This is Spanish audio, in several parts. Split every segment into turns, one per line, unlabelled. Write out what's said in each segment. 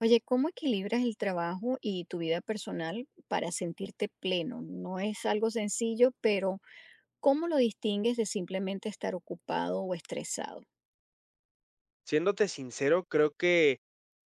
Oye, ¿cómo equilibras el trabajo y tu vida personal para sentirte pleno? No es algo sencillo, pero ¿cómo lo distingues de simplemente estar ocupado o estresado?
Siéndote sincero, creo que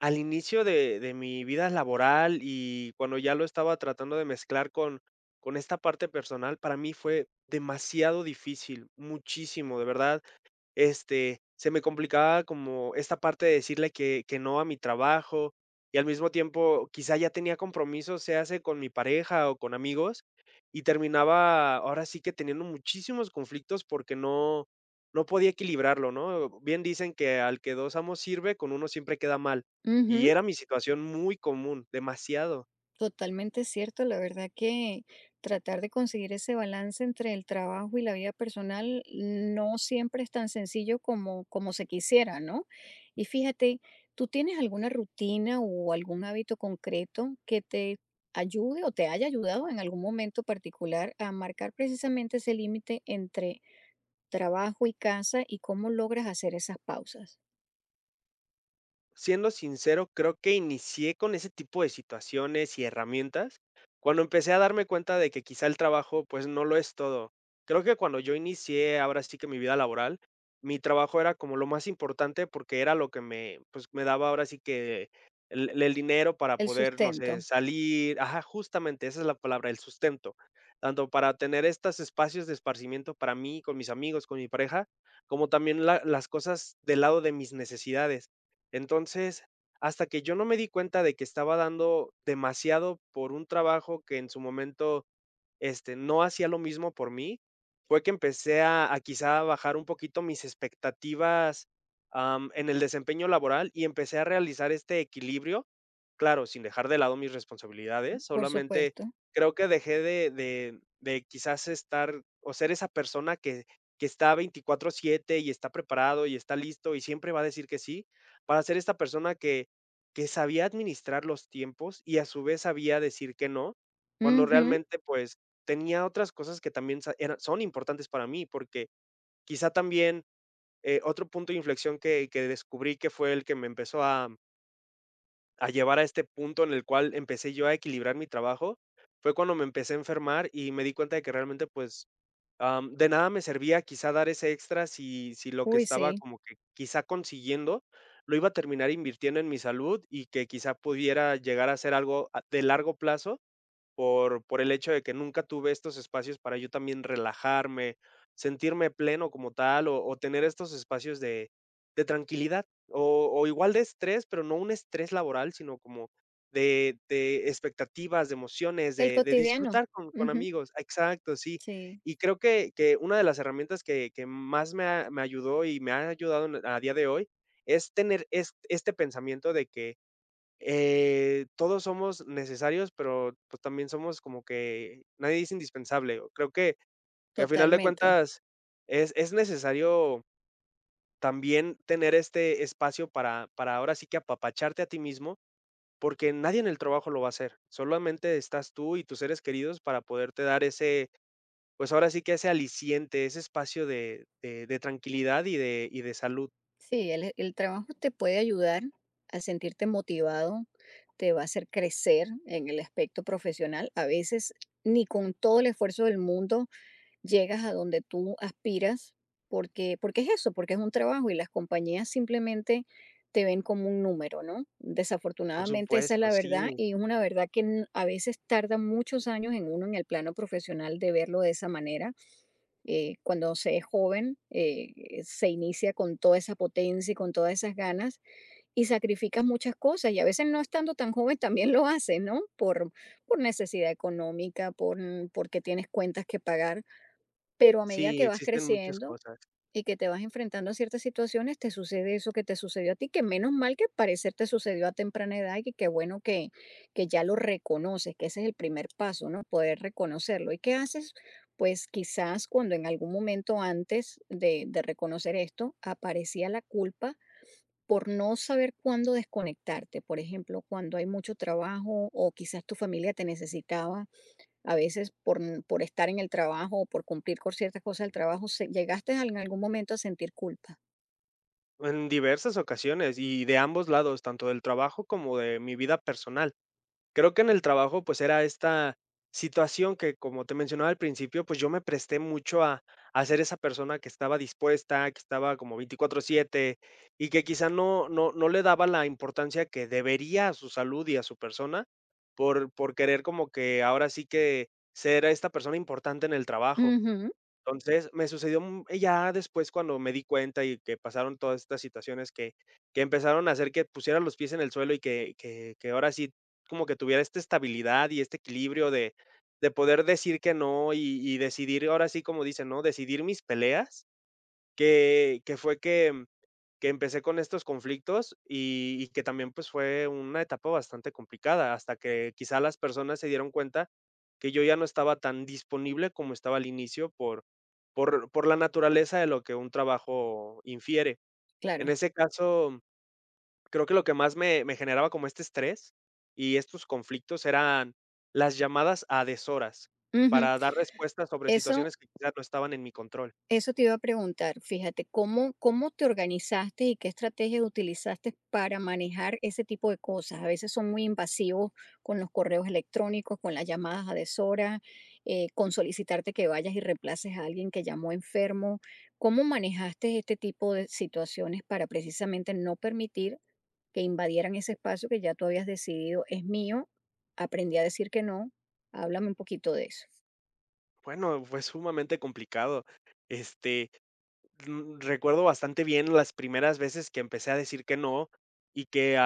al inicio de mi vida laboral y cuando ya lo estaba tratando de mezclar con esta parte personal, para mí fue demasiado difícil, muchísimo, de verdad. Se me complicaba como esta parte de decirle que no a mi trabajo, y al mismo tiempo, quizá ya tenía compromisos, se hace con mi pareja o con amigos, y terminaba ahora sí que teniendo muchísimos conflictos porque no podía equilibrarlo, ¿no? Bien dicen que al que dos amos sirve, con uno siempre queda mal, y era mi situación muy común, demasiado.
Totalmente cierto, la verdad que tratar de conseguir ese balance entre el trabajo y la vida personal no siempre es tan sencillo como se quisiera, ¿no? Y fíjate, ¿tú tienes alguna rutina o algún hábito concreto que te ayude o te haya ayudado en algún momento particular a marcar precisamente ese límite entre trabajo y casa y cómo logras hacer esas pausas?
Siendo sincero, creo que inicié con ese tipo de situaciones y herramientas cuando empecé a darme cuenta de que quizá el trabajo, pues, no lo es todo. Creo que cuando yo inicié, ahora sí que mi vida laboral, mi trabajo era como lo más importante porque era lo que me, pues, me daba ahora sí que el dinero para
El
poder, no sé,
sustento,
salir. Ajá, justamente, esa es la palabra, el sustento, tanto para tener estos espacios de esparcimiento para mí, con mis amigos, con mi pareja, como también la las cosas del lado de mis necesidades. Entonces, hasta que yo no me di cuenta de que estaba dando demasiado por un trabajo que en su momento, no hacía lo mismo por mí, fue que empecé a quizá bajar un poquito mis expectativas, en el desempeño laboral, y empecé a realizar este equilibrio, claro, sin dejar de lado mis responsabilidades.
por
Solamente
supuesto.
creo que dejé de quizás estar o ser esa persona que está veinticuatro siete y está preparado y está listo y siempre va a decir que sí, para ser esta persona que sabía administrar los tiempos y a su vez sabía decir que no, cuando
Ujú.
realmente, pues, tenía otras cosas que también sa eran son importantes para mí, porque quizá también, otro punto de inflexión que descubrí que fue el que me empezó a llevar a este punto en el cual empecé yo a equilibrar mi trabajo, fue cuando me empecé a enfermar y me di cuenta de que realmente, pues, de nada me servía quizá dar ese extra, si lo que
Uy,
estaba
sí.
como que quizá consiguiendo lo iba a terminar invirtiendo en mi salud, y que quizá pudiera llegar a ser algo a de largo plazo por el hecho de que nunca tuve estos espacios para yo también relajarme, sentirme pleno como tal, o tener estos espacios de tranquilidad, o igual de estrés, pero no un estrés laboral, sino como de expectativas, de emociones,
El
de
cotidiano.
disfrutar con
Ujú.
amigos. Exacto, sí.
Sí,
Y creo que una de las herramientas que más me ayudó y me ha ayudado en- a día de hoy es tener es este pensamiento de que, todos somos necesarios, pero, pues, también somos como que nadie es indispensable. O Creo que a final de
totalmente.
cuentas es necesario también tener este espacio para ahora sí que apapacharte a ti mismo, porque nadie en el trabajo lo va a hacer. Solamente estás tú y tus seres queridos para poderte dar ese, pues, ahora sí que ese aliciente, ese espacio de tranquilidad y de salud.
Sí, el trabajo te puede ayudar a sentirte motivado, te va a hacer crecer en el aspecto profesional. A veces ni con todo el esfuerzo del mundo llegas a donde tú aspiras, porque es eso, porque es un trabajo y las compañías simplemente te ven como un número, ¿no?
Por
Desafortunadamente esa es
supuesto,
la
sí,
verdad y es una verdad que a veces tarda muchos años en uno en el plano profesional de verlo de esa manera. Cuando se es joven, se inicia con toda esa potencia y con todas esas ganas y sacrificas muchas cosas y a veces no estando tan joven también lo haces, ¿no? Por necesidad económica, porque tienes cuentas que pagar, pero a medida
sí,
que vas
existen muchas
creciendo,
cosas.
y que te vas enfrentando a ciertas situaciones, te sucede eso que te sucedió a ti, que menos mal que al parecer te sucedió a temprana edad y que qué bueno que ya lo reconoces, que ese es el primer paso, ¿no? Poder reconocerlo. ¿Y qué haces? Pues quizás cuando en algún momento antes de reconocer esto aparecía la culpa por no saber cuándo desconectarte, por ejemplo, cuando hay mucho trabajo o quizás tu familia te necesitaba a veces por estar en el trabajo o por cumplir con ciertas cosas del trabajo, llegaste en algún momento a sentir culpa.
En diversas ocasiones y de ambos lados, tanto del trabajo como de mi vida personal. Creo que en el trabajo, pues, era esta situación que, como te mencionaba al principio, pues yo me presté mucho a ser esa persona que estaba dispuesta, que estaba como 24/7 y que quizá no le daba la importancia que debería a su salud y a su persona por querer como que ahora sí que ser esta persona importante en el trabajo.
Ujú,
Entonces, me sucedió, ya después, cuando me di cuenta y que pasaron todas estas situaciones que empezaron a hacer que pusiera los pies en el suelo, y que ahora sí, como que tuviera esta estabilidad y este equilibrio de poder decir que no y decidir, ahora sí, como dicen, ¿no? Decidir mis peleas. Que fue que empecé con estos conflictos y que también, pues, fue una etapa bastante complicada, hasta que quizá las personas se dieron cuenta que yo ya no estaba tan disponible como estaba al inicio por la naturaleza de lo que un trabajo infiere. En
claro.
ese caso, creo que lo que más me generaba como este estrés y estos conflictos eran las llamadas a deshoras
Ujú.
para dar respuestas sobre
Eso,
situaciones que quizás no estaban en mi control.
eso te iba a preguntar. Fíjate, ¿cómo, cómo te organizaste y qué estrategias utilizaste para manejar ese tipo de cosas? A veces son muy invasivos con los correos electrónicos, con las llamadas a deshora, con solicitarte que vayas y reemplaces a alguien que llamó enfermo. ¿Cómo manejaste este tipo de situaciones para precisamente no permitir que invadieran ese espacio que ya tú habías decidido es mío? Aprendí a decir que no. Háblame un poquito de eso.
Bueno, fue sumamente complicado. Este, recuerdo bastante bien las primeras veces que empecé a decir que no, y que a,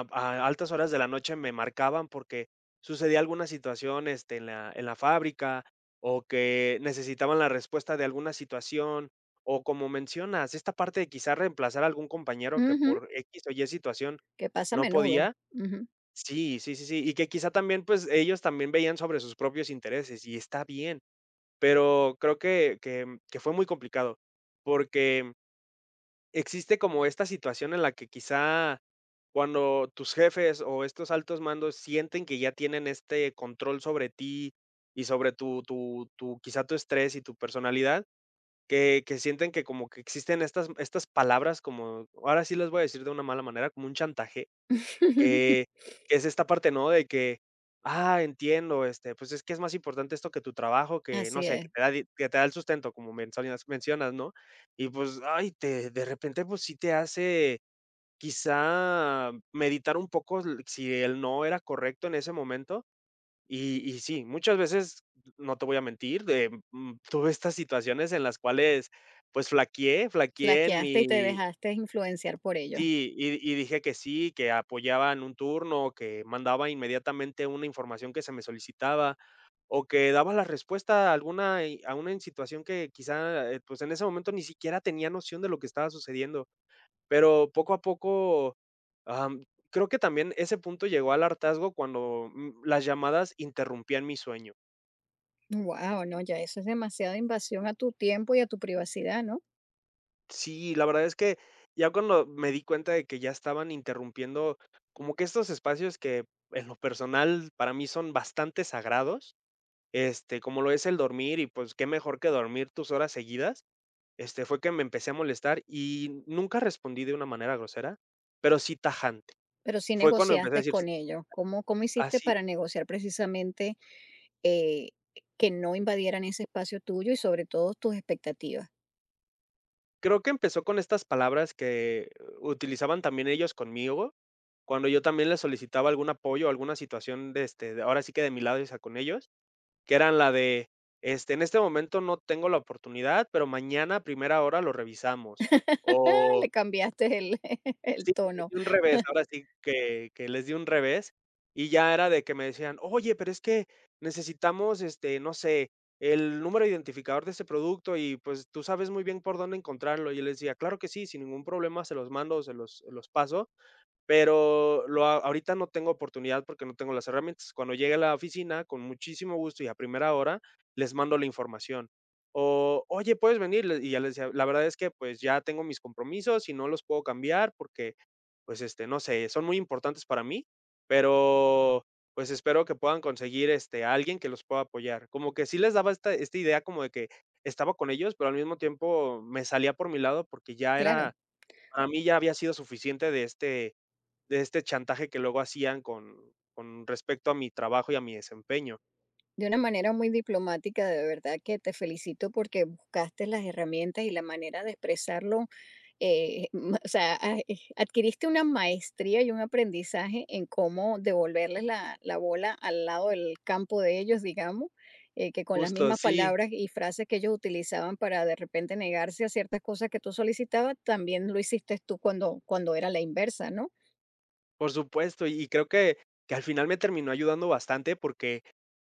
a- a altas horas de la noche me marcaban porque sucedía alguna situación, en la fábrica, o que necesitaban la respuesta de alguna situación, o, como mencionas, esta parte de quizá reemplazar a algún compañero que
Ujú,
por X o Y situación
que pasa a
no
menudo.
podía.
Ujú.
Sí, sí, sí, sí. Y que quizá también, pues, ellos también veían sobre sus propios intereses, y está bien, pero creo que fue muy complicado, porque existe como esta situación en la que quizá cuando tus jefes o estos altos mandos sienten que ya tienen este control sobre ti y sobre tu tu tu quizá tu estrés y tu personalidad, que sienten que como que existen estas palabras como, ahora sí las voy a decir de una mala manera, como un chantaje. Que que es esta parte, ¿no? De que, ah, entiendo, pues, es que es más importante esto que tu trabajo, que no
Así
sé,
es.
que te da el sustento, como mencionas, ¿no? Y, pues, ay, te de repente, pues, sí te hace quizá meditar un poco, l si el no era correcto en ese momento. Y sí, muchas veces, no te voy a mentir, tuve estas situaciones en las cuales, pues, flaqueé, flaqueé en
Flaqueaste y te
mi.
dejaste influenciar por ello.
Sí, y dije que sí, que apoyaban un turno, que mandaba inmediatamente una información que se me solicitaba, o que daba la respuesta a alguna situación que quizá, pues, en ese momento ni siquiera tenía noción de lo que estaba sucediendo. Pero poco a poco, am, creo que también ese punto llegó al hartazgo cuando, las llamadas interrumpían mi sueño.
Wow, no, ya eso es demasiada invasión a tu tiempo y a tu privacidad, ¿no?
Sí, la verdad es que ya cuando me di cuenta de que ya estaban interrumpiendo como que estos espacios que en lo personal para mí son bastante sagrados, como lo es el dormir, y pues qué mejor que dormir tus horas seguidas, fue que me empecé a molestar, y nunca respondí de una manera grosera, pero sí tajante.
Pero sí
Fue cuando empecé a
negociaste
decir s
con ellos. ¿Cómo, cómo hiciste
así.
para negociar precisamente eh, que no invadieran ese espacio tuyo y sobre todo tus expectativas?
Creo que empezó con estas palabras que utilizaban también ellos conmigo, cuando yo también les solicitaba algún apoyo, alguna situación de, ahora sí que de mi lado, o sea, con ellos. Que eran la de, en este momento no tengo la oportunidad, pero mañana a primera hora lo revisamos. O
Le cambiaste el
sí, les
tono.
di un revés, ahora sí que les di un revés, y ya era de que me decían: "Oye, pero es que necesitamos, no sé, el número identificador de ese producto, y, pues, tú sabes muy bien por dónde encontrarlo". Y yo les decía: "Claro que sí, sin ningún problema, se los mando, se los paso. Pero lo a ahorita no tengo oportunidad porque no tengo las herramientas. Cuando llegue a la oficina, con muchísimo gusto y a primera hora, les mando la información". O: "Oye, ¿puedes venir?" Le Y ya les decía: "La verdad es que, pues, ya tengo mis compromisos y no los puedo cambiar porque, pues, no sé, son muy importantes para mí, pero, pues, espero que puedan conseguir, a alguien que los pueda apoyar". Como que sí les daba esta idea como de que estaba con ellos, pero al mismo tiempo me salía por mi lado, porque ya
Claro,
era, para mí ya había sido suficiente de este, de este chantaje que luego hacían con respecto a mi trabajo y a mi desempeño.
de una manera muy diplomática, de verdad que te felicito porque buscaste las herramientas y la manera de expresarlo. Adquiriste una maestría y un aprendizaje en cómo devolverles la bola al lado del campo de ellos, digamos, que con las
Justo,
mismas
sí,
palabras y frases que ellos utilizaban para de repente negarse a ciertas cosas que tú solicitabas, también lo hiciste tú cuando era la inversa, ¿no?
por supuesto, y creo que al final me terminó ayudando bastante porque,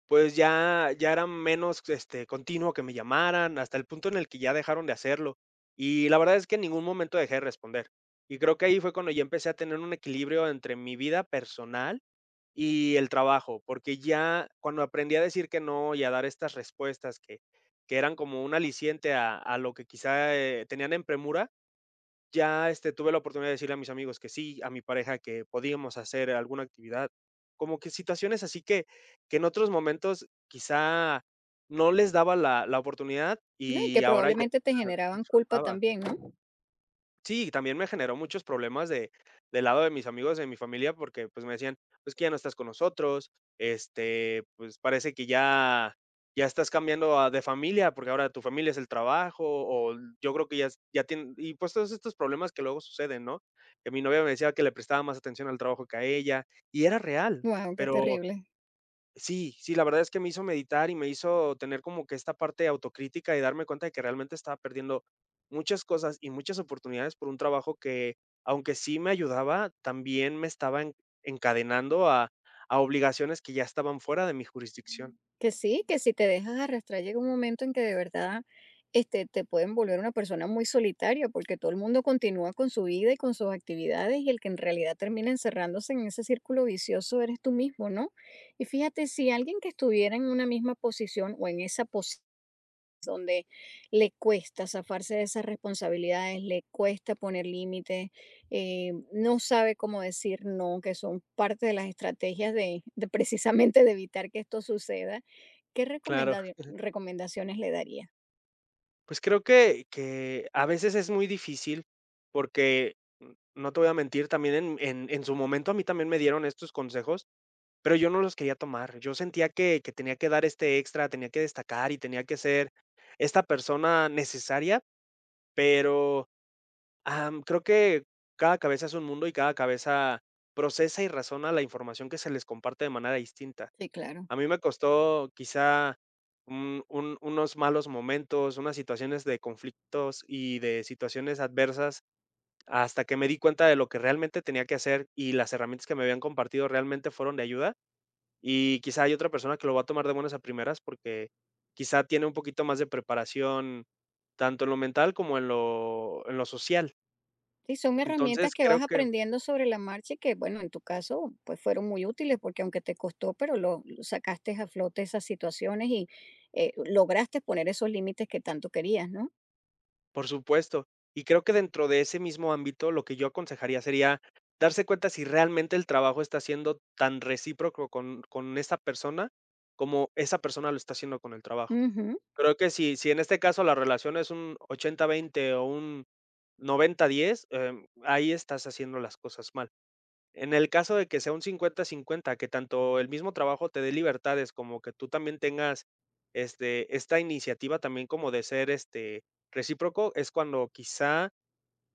pues, ya era menos, continuo que me llamaran, hasta el punto en el que ya dejaron de hacerlo. Y la verdad es que en ningún momento dejé de responder. Y creo que ahí fue cuando ya empecé a tener un equilibrio entre mi vida personal y el trabajo, porque ya cuando aprendí a decir que no y a dar estas respuestas que eran como un aliciente a lo que quizá, tenían en premura, ya, tuve la oportunidad de decirle a mis amigos que sí, a mi pareja que podíamos hacer alguna actividad. Como que situaciones así que en otros momentos quizá no les daba la oportunidad,
No, y que
y ahora ya
probablemente te generaban culpa
disfrutaba.
también, ¿no?
Sí, también me generó muchos problemas de del lado de mis amigos, de mi familia, porque, pues, me decían: pues que ya no estás con nosotros, pues, parece que ya estás cambiando a de familia, porque ahora tu familia es el trabajo, o yo creo que ya es ya tienen. Y, pues, todos estos problemas que luego suceden, ¿no? Que mi novia me decía que le prestaba más atención al trabajo que a ella, y era real,
Guau, qué
pero.
terrible.
Sí, sí, la verdad es que me hizo meditar y me hizo tener como que esta parte de autocrítica, y darme cuenta de que realmente estaba perdiendo muchas cosas y muchas oportunidades por un trabajo que, aunque sí me ayudaba, también me estaba encadenando a obligaciones que ya estaban fuera de mi jurisdicción.
Que sí, que si te dejas arrastrar llega un momento en que de verdad, este, te pueden volver una persona muy solitaria, porque todo el mundo continúa con su vida y con sus actividades, y el que en realidad termina encerrándose en ese círculo vicioso eres tú mismo, ¿no? Y fíjate, si alguien que estuviera en una misma posición o en esa posición donde le cuesta zafarse de esas responsabilidades, le cuesta poner límites, no sabe cómo decir no, que son parte de las estrategias de precisamente de evitar que esto suceda. ¿Qué
Claro,
recomendaciones le daría?
pues creo que a veces es muy difícil porque, no te voy a mentir, también en, en su momento a mí también me dieron estos consejos. Pero yo no los quería tomar. Yo sentía que tenía que dar este extra, tenía que destacar y tenía que ser esta persona necesaria, pero, creo que cada cabeza es un mundo, y cada cabeza procesa y razona la información que se les comparte de manera distinta.
Sí, claro.
A mí me costó quizá un unos malos momentos, unas situaciones de conflictos y de situaciones adversas, hasta que me di cuenta de lo que realmente tenía que hacer, y las herramientas que me habían compartido realmente fueron de ayuda. Y quizá hay otra persona que lo va a tomar de buenas a primeras porque quizá tiene un poquito más de preparación, tanto en lo mental como en lo social.
Sí, son herramientas
Entonces,
que vas
creo que,
aprendiendo sobre la marcha y que, bueno, en tu caso, pues fueron muy útiles porque aunque te costó, pero lo sacaste a flote esas situaciones y lograste poner esos límites que tanto querías, ¿no?
por supuesto. Y creo que dentro de ese mismo ámbito, lo que yo aconsejaría sería darse cuenta si realmente el trabajo está siendo tan recíproco con esa persona, como esa persona lo está haciendo con el trabajo.
Ujú.
Creo que si en este caso la relación es un 80 20 o un 90 diez, ahí estás haciendo las cosas mal. En el caso de que sea un cincuenta-cincuenta, que tanto el mismo trabajo te dé libertades, como que tú también tengas, esta iniciativa también como de ser, recíproco, es cuando quizá,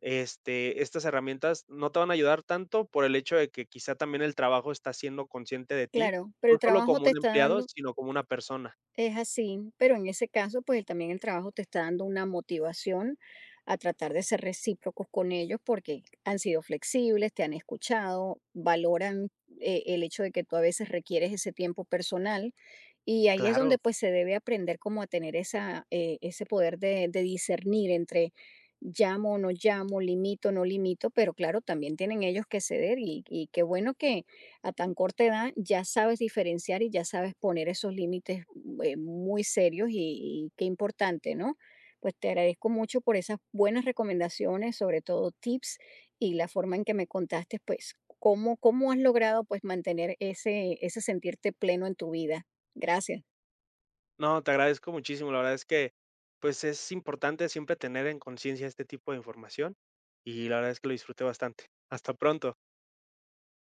estas herramientas no te van a ayudar tanto, por el hecho de que quizá también el trabajo está siendo consciente de ti,
Claro, pero
no
el
solo
trabajo
como
te
un
está
empleado,
dando,
sino como una persona.
es así, pero en ese caso, pues también el trabajo te está dando una motivación a tratar de ser recíprocos con ellos porque han sido flexibles, te han escuchado, valoran el hecho de que tú a veces requieres ese tiempo personal y ahí es donde
Claro.
pues se debe aprender como a tener esa, ese poder de discernir entre llamo, no llamo, limito, no limito, pero claro, también tienen ellos que ceder y qué bueno que a tan corta edad ya sabes diferenciar y ya sabes poner esos límites, muy serios y qué importante, ¿no? Pues te agradezco mucho por esas buenas recomendaciones, sobre todo tips y la forma en que me contaste, pues, cómo, cómo has logrado pues mantener ese, ese sentirte pleno en tu vida. Gracias.
No, te agradezco muchísimo. La verdad es que, pues, es importante siempre tener en conciencia este tipo de información, y la verdad es que lo disfruté bastante. Hasta pronto.